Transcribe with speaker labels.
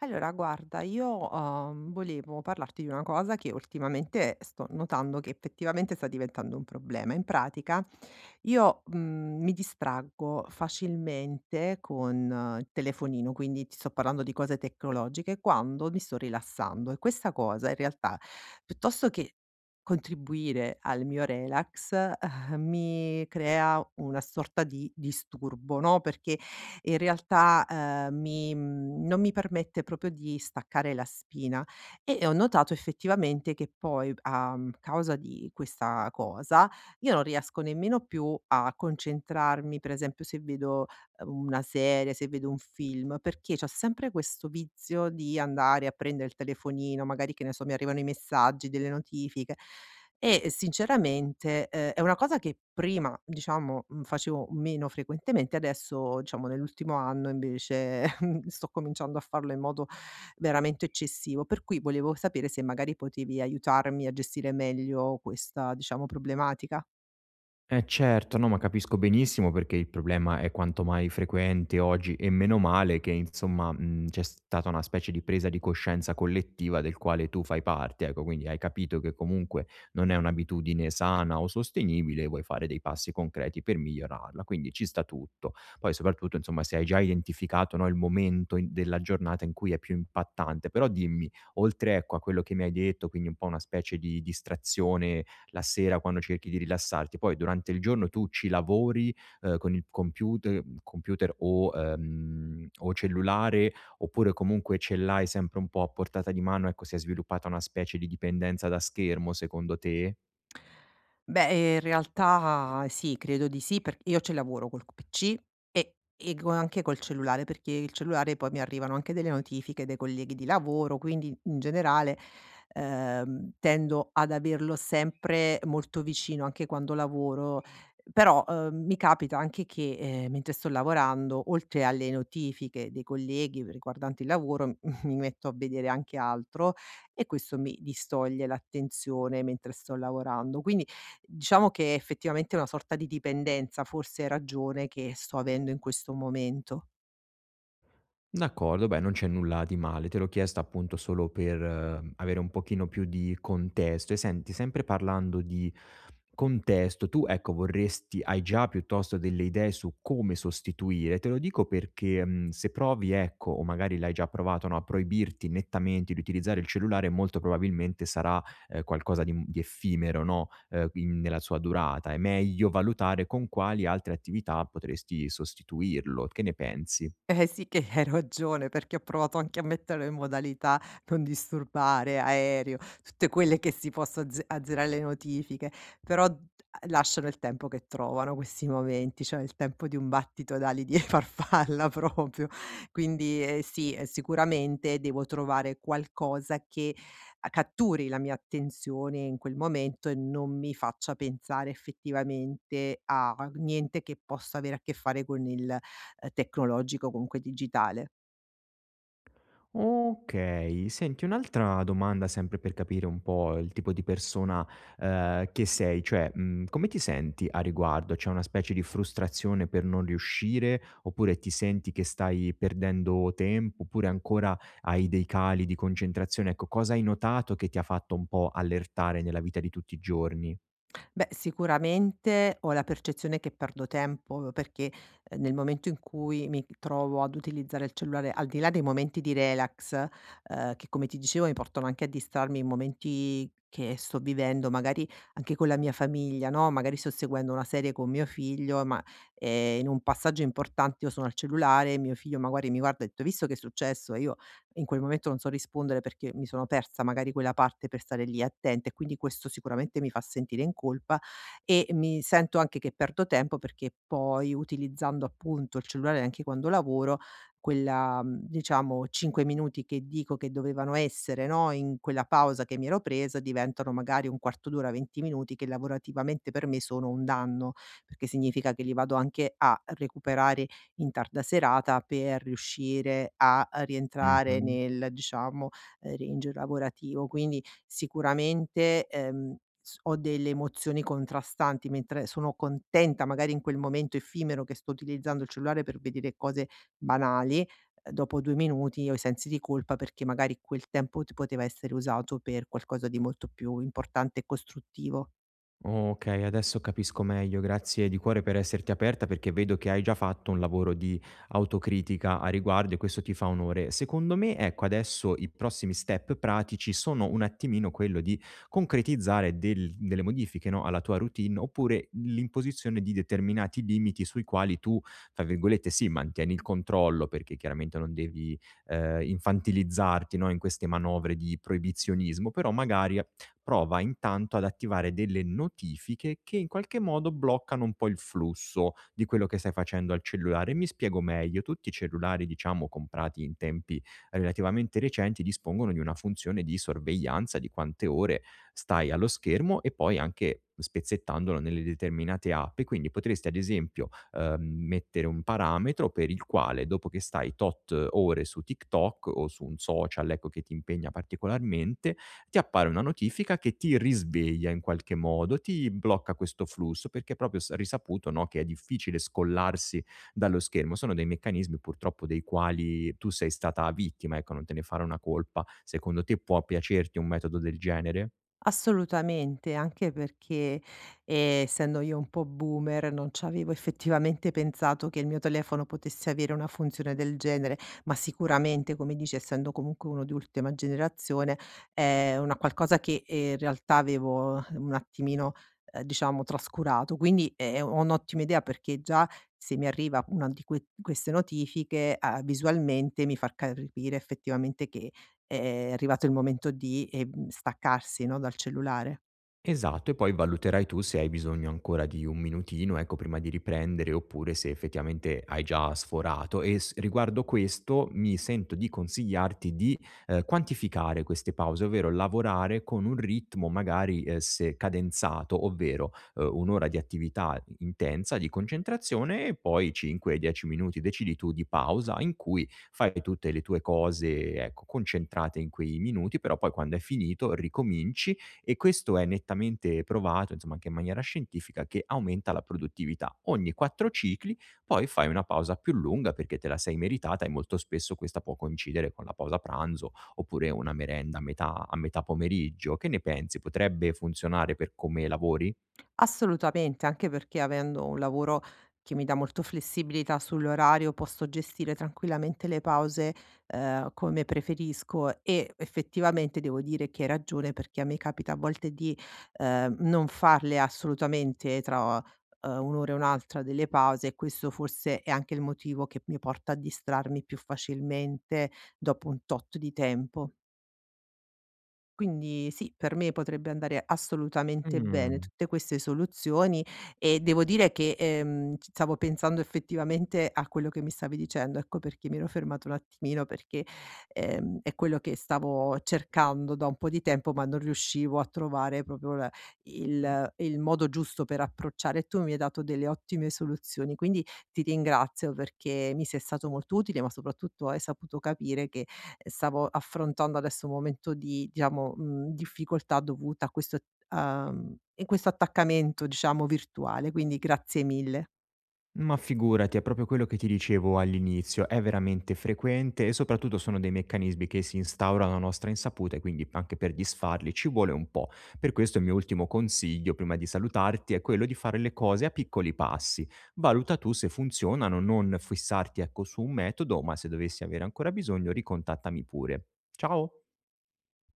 Speaker 1: Allora, guarda, io, volevo parlarti di una cosa che ultimamente sto notando che effettivamente sta diventando un problema. In pratica, io, mi distraggo facilmente con il telefonino, quindi ti sto parlando di cose tecnologiche, quando mi sto rilassando e questa cosa in realtà, piuttosto che contribuire al mio relax, mi crea una sorta di disturbo, no, perché in realtà, non mi permette proprio di staccare la spina e ho notato effettivamente che poi, causa di questa cosa, io non riesco nemmeno più a concentrarmi, per esempio se vedo, una serie, se vedo un film, perché c'ho sempre questo vizio di andare a prendere il telefonino, magari che ne so, mi arrivano i messaggi, delle notifiche e sinceramente, è una cosa che prima, diciamo, facevo meno frequentemente, adesso diciamo nell'ultimo anno invece sto cominciando a farlo in modo veramente eccessivo, per cui volevo sapere se magari potevi aiutarmi a gestire meglio questa, diciamo, problematica.
Speaker 2: Eh certo, no, ma capisco benissimo perché il problema è quanto mai frequente oggi e meno male che insomma c'è stata una specie di presa di coscienza collettiva del quale tu fai parte, ecco, quindi hai capito che comunque non è un'abitudine sana o sostenibile e vuoi fare dei passi concreti per migliorarla, quindi ci sta tutto. Poi soprattutto insomma se hai già identificato no, il momento della giornata in cui è più impattante, però dimmi, oltre ecco, a quello che mi hai detto, quindi un po' una specie di distrazione la sera quando cerchi di rilassarti. Poi durante il giorno tu ci lavori, con il computer o cellulare, oppure comunque ce l'hai sempre un po' a portata di mano, ecco, si è sviluppata una specie di dipendenza da schermo secondo te?
Speaker 1: Beh, in realtà sì, credo di sì, perché io ci lavoro col PC e co anche col cellulare, perché il cellulare poi mi arrivano anche delle notifiche dei colleghi di lavoro, quindi in generale, tendo ad averlo sempre molto vicino anche quando lavoro. Però, mi capita anche che, mentre sto lavorando, oltre alle notifiche dei colleghi riguardanti il lavoro, mi metto a vedere anche altro e questo mi distoglie l'attenzione mentre sto lavorando. Quindi diciamo che effettivamente una sorta di dipendenza, forse hai ragione, che sto avendo in questo momento.
Speaker 2: D'accordo, beh, non c'è nulla di male. Te l'ho chiesto appunto solo per avere un pochino più di contesto. E senti, sempre parlando di contesto, tu ecco vorresti hai già piuttosto delle idee su come sostituire? Te lo dico perché, se provi ecco, o magari l'hai già provato, no, a proibirti nettamente di utilizzare il cellulare molto probabilmente sarà, qualcosa di, di effimero, no, in nella sua durata. È meglio valutare con quali altre attività potresti sostituirlo. Che ne pensi?
Speaker 1: Eh sì che hai ragione, perché ho provato anche a metterlo in modalità non disturbare, aereo, tutte quelle che si possa azzerare le notifiche, però d lasciano il tempo che trovano questi momenti, cioè il tempo di un battito d'ali di farfalla proprio. Quindi, sì, sicuramente devo trovare qualcosa che a catturi la mia attenzione in quel momento e non mi faccia pensare effettivamente a niente che possa avere a che fare con il tecnologico, comunque digitale.
Speaker 2: Okay. Senti, un'altra domanda sempre per capire un po' il tipo di persona, che sei, cioè, come ti senti a riguardo? C'è una specie di frustrazione per non riuscire, oppure ti senti che stai perdendo tempo, oppure ancora hai dei cali di concentrazione? Ecco, cosa hai notato che ti ha fatto un po' allertare nella vita di tutti i giorni?
Speaker 1: Beh, sicuramente ho la percezione che perdo tempo perché, nel momento in cui mi trovo ad utilizzare il cellulare, al di là dei momenti di relax, che come ti dicevo mi portano anche a distrarmi in momenti che sto vivendo magari anche con la mia famiglia, no, magari sto seguendo una serie con mio figlio, ma, in un passaggio importante io sono al cellulare, mio figlio magari mi guarda e ha detto: "Hai visto che è successo?" E io in quel momento non so rispondere perché mi sono persa magari quella parte per stare lì attenta e quindi questo sicuramente mi fa sentire in colpa e mi sento anche che perdo tempo perché poi utilizzando appunto il cellulare anche quando lavoro, quella diciamo 5 minuti che dico che dovevano essere, no, in quella pausa che mi ero presa diventano magari un 1/4 d'ora, 20 minuti che lavorativamente per me sono un danno, perché significa che li vado anche a recuperare in tarda serata per riuscire a rientrare
Speaker 2: Mh-mh.
Speaker 1: nel, diciamo, range lavorativo. Quindi sicuramente, s ho delle emozioni contrastanti, mentre sono contenta magari in quel momento effimero che sto utilizzando il cellulare per vedere cose banali, dopo 2 minuti ho i sensi di colpa perché magari quel tempo t poteva essere usato per qualcosa di molto più importante e costruttivo.
Speaker 2: Okay, adesso capisco meglio. Grazie di cuore per esserti aperta, perché vedo che hai già fatto un lavoro di autocritica a riguardo e questo ti fa onore. Secondo me, ecco, adesso i prossimi step pratici sono un attimino quello di concretizzare delle modifiche, no, alla tua routine, oppure l'imposizione di determinati limiti sui quali tu, tra virgolette, sì, mantieni il controllo, perché chiaramente non devi, infantilizzarti, no, in queste manovre di proibizionismo, però magari prova intanto ad attivare delle notifiche che in qualche modo bloccano un po' il flusso di quello che stai facendo al cellulare. Mi spiego meglio, tutti i cellulari diciamo comprati in tempi relativamente recenti dispongono di una funzione di sorveglianza di quante ore stai allo schermo e poi anche spezzettandolo nelle determinate app. E quindi potresti ad esempio mettere un parametro per il quale dopo che stai tot ore su TikTok o su un social ecco, che ti impegna particolarmente, ti appare una notifica che ti risveglia in qualche modo, ti blocca questo flusso, perché è proprio s risaputo, no, che è difficile scollarsi dallo schermo. Sono dei meccanismi purtroppo dei quali tu sei stata vittima, ecco, non te ne fare una colpa. Secondo te può piacerti un metodo del genere?
Speaker 1: Assolutamente, anche perché, essendo io un po' boomer, non c'avevo effettivamente pensato che il mio telefono potesse avere una funzione del genere, ma sicuramente, come dici, essendo comunque uno di ultima generazione, è una qualcosa che, in realtà avevo un attimino, diciamo trascurato. Quindi, ho un'ottima idea perché già se mi arriva una di queste notifiche, visualmente mi fa capire effettivamente che è arrivato il momento di, staccarsi, no, dal cellulare.
Speaker 2: Esatto, e poi valuterai tu se hai bisogno ancora di un minutino, ecco, prima di riprendere oppure se effettivamente hai già sforato. E riguardo questo mi sento di consigliarti di quantificare queste pause, ovvero lavorare con un ritmo magari se cadenzato, ovvero un'ora di attività intensa, di concentrazione e poi 5-10 minuti, decidi tu, di pausa in cui fai tutte le tue cose, ecco, concentrate in quei minuti, però poi quando è finito ricominci e questo è nettamente provato, insomma, anche in maniera scientifica, che aumenta la produttività. Ogni 4 cicli poi fai una pausa più lunga perché te la sei meritata e molto spesso questa può coincidere con la pausa pranzo oppure una merenda a metà pomeriggio. Che ne pensi? Potrebbe funzionare per come lavori?
Speaker 1: Assolutamente, anche perché avendo un lavoro che mi dà molto flessibilità sull'orario, posso gestire tranquillamente le pause, come preferisco e effettivamente devo dire che hai ragione perché a me capita a volte di, non farle assolutamente tra, un'ora e un'altra delle pause e questo forse è anche il motivo che mi porta a distrarmi più facilmente dopo un tot di tempo. Quindi sì, per me potrebbe andare assolutamente bene
Speaker 2: Mh.
Speaker 1: tutte queste soluzioni e devo dire che, ci stavo pensando effettivamente a quello che mi stavi dicendo, ecco perché mi ero fermata un attimino, perché, è quello che stavo cercando da un po' di tempo, ma non riuscivo a trovare proprio la il modo giusto per approcciare e tu mi hai dato delle ottime soluzioni. Quindi ti ringrazio perché mi sei stato molto utile, ma soprattutto hai saputo capire che stavo affrontando adesso un momento di, diciamo, difficoltà dovuta a questo, in questo attaccamento, diciamo, virtuale, quindi grazie mille.
Speaker 2: Ma figurati, è proprio quello che ti dicevo all'inizio, è veramente frequente e soprattutto sono dei meccanismi che si instaurano a nostra insaputa e quindi anche per disfarli ci vuole un po'. Per questo il mio ultimo consiglio, prima di salutarti, è quello di fare le cose a piccoli passi. Valuta tu se funzionano, non fissarti ecco su un metodo, ma se dovessi avere ancora bisogno ricontattami pure. Ciao!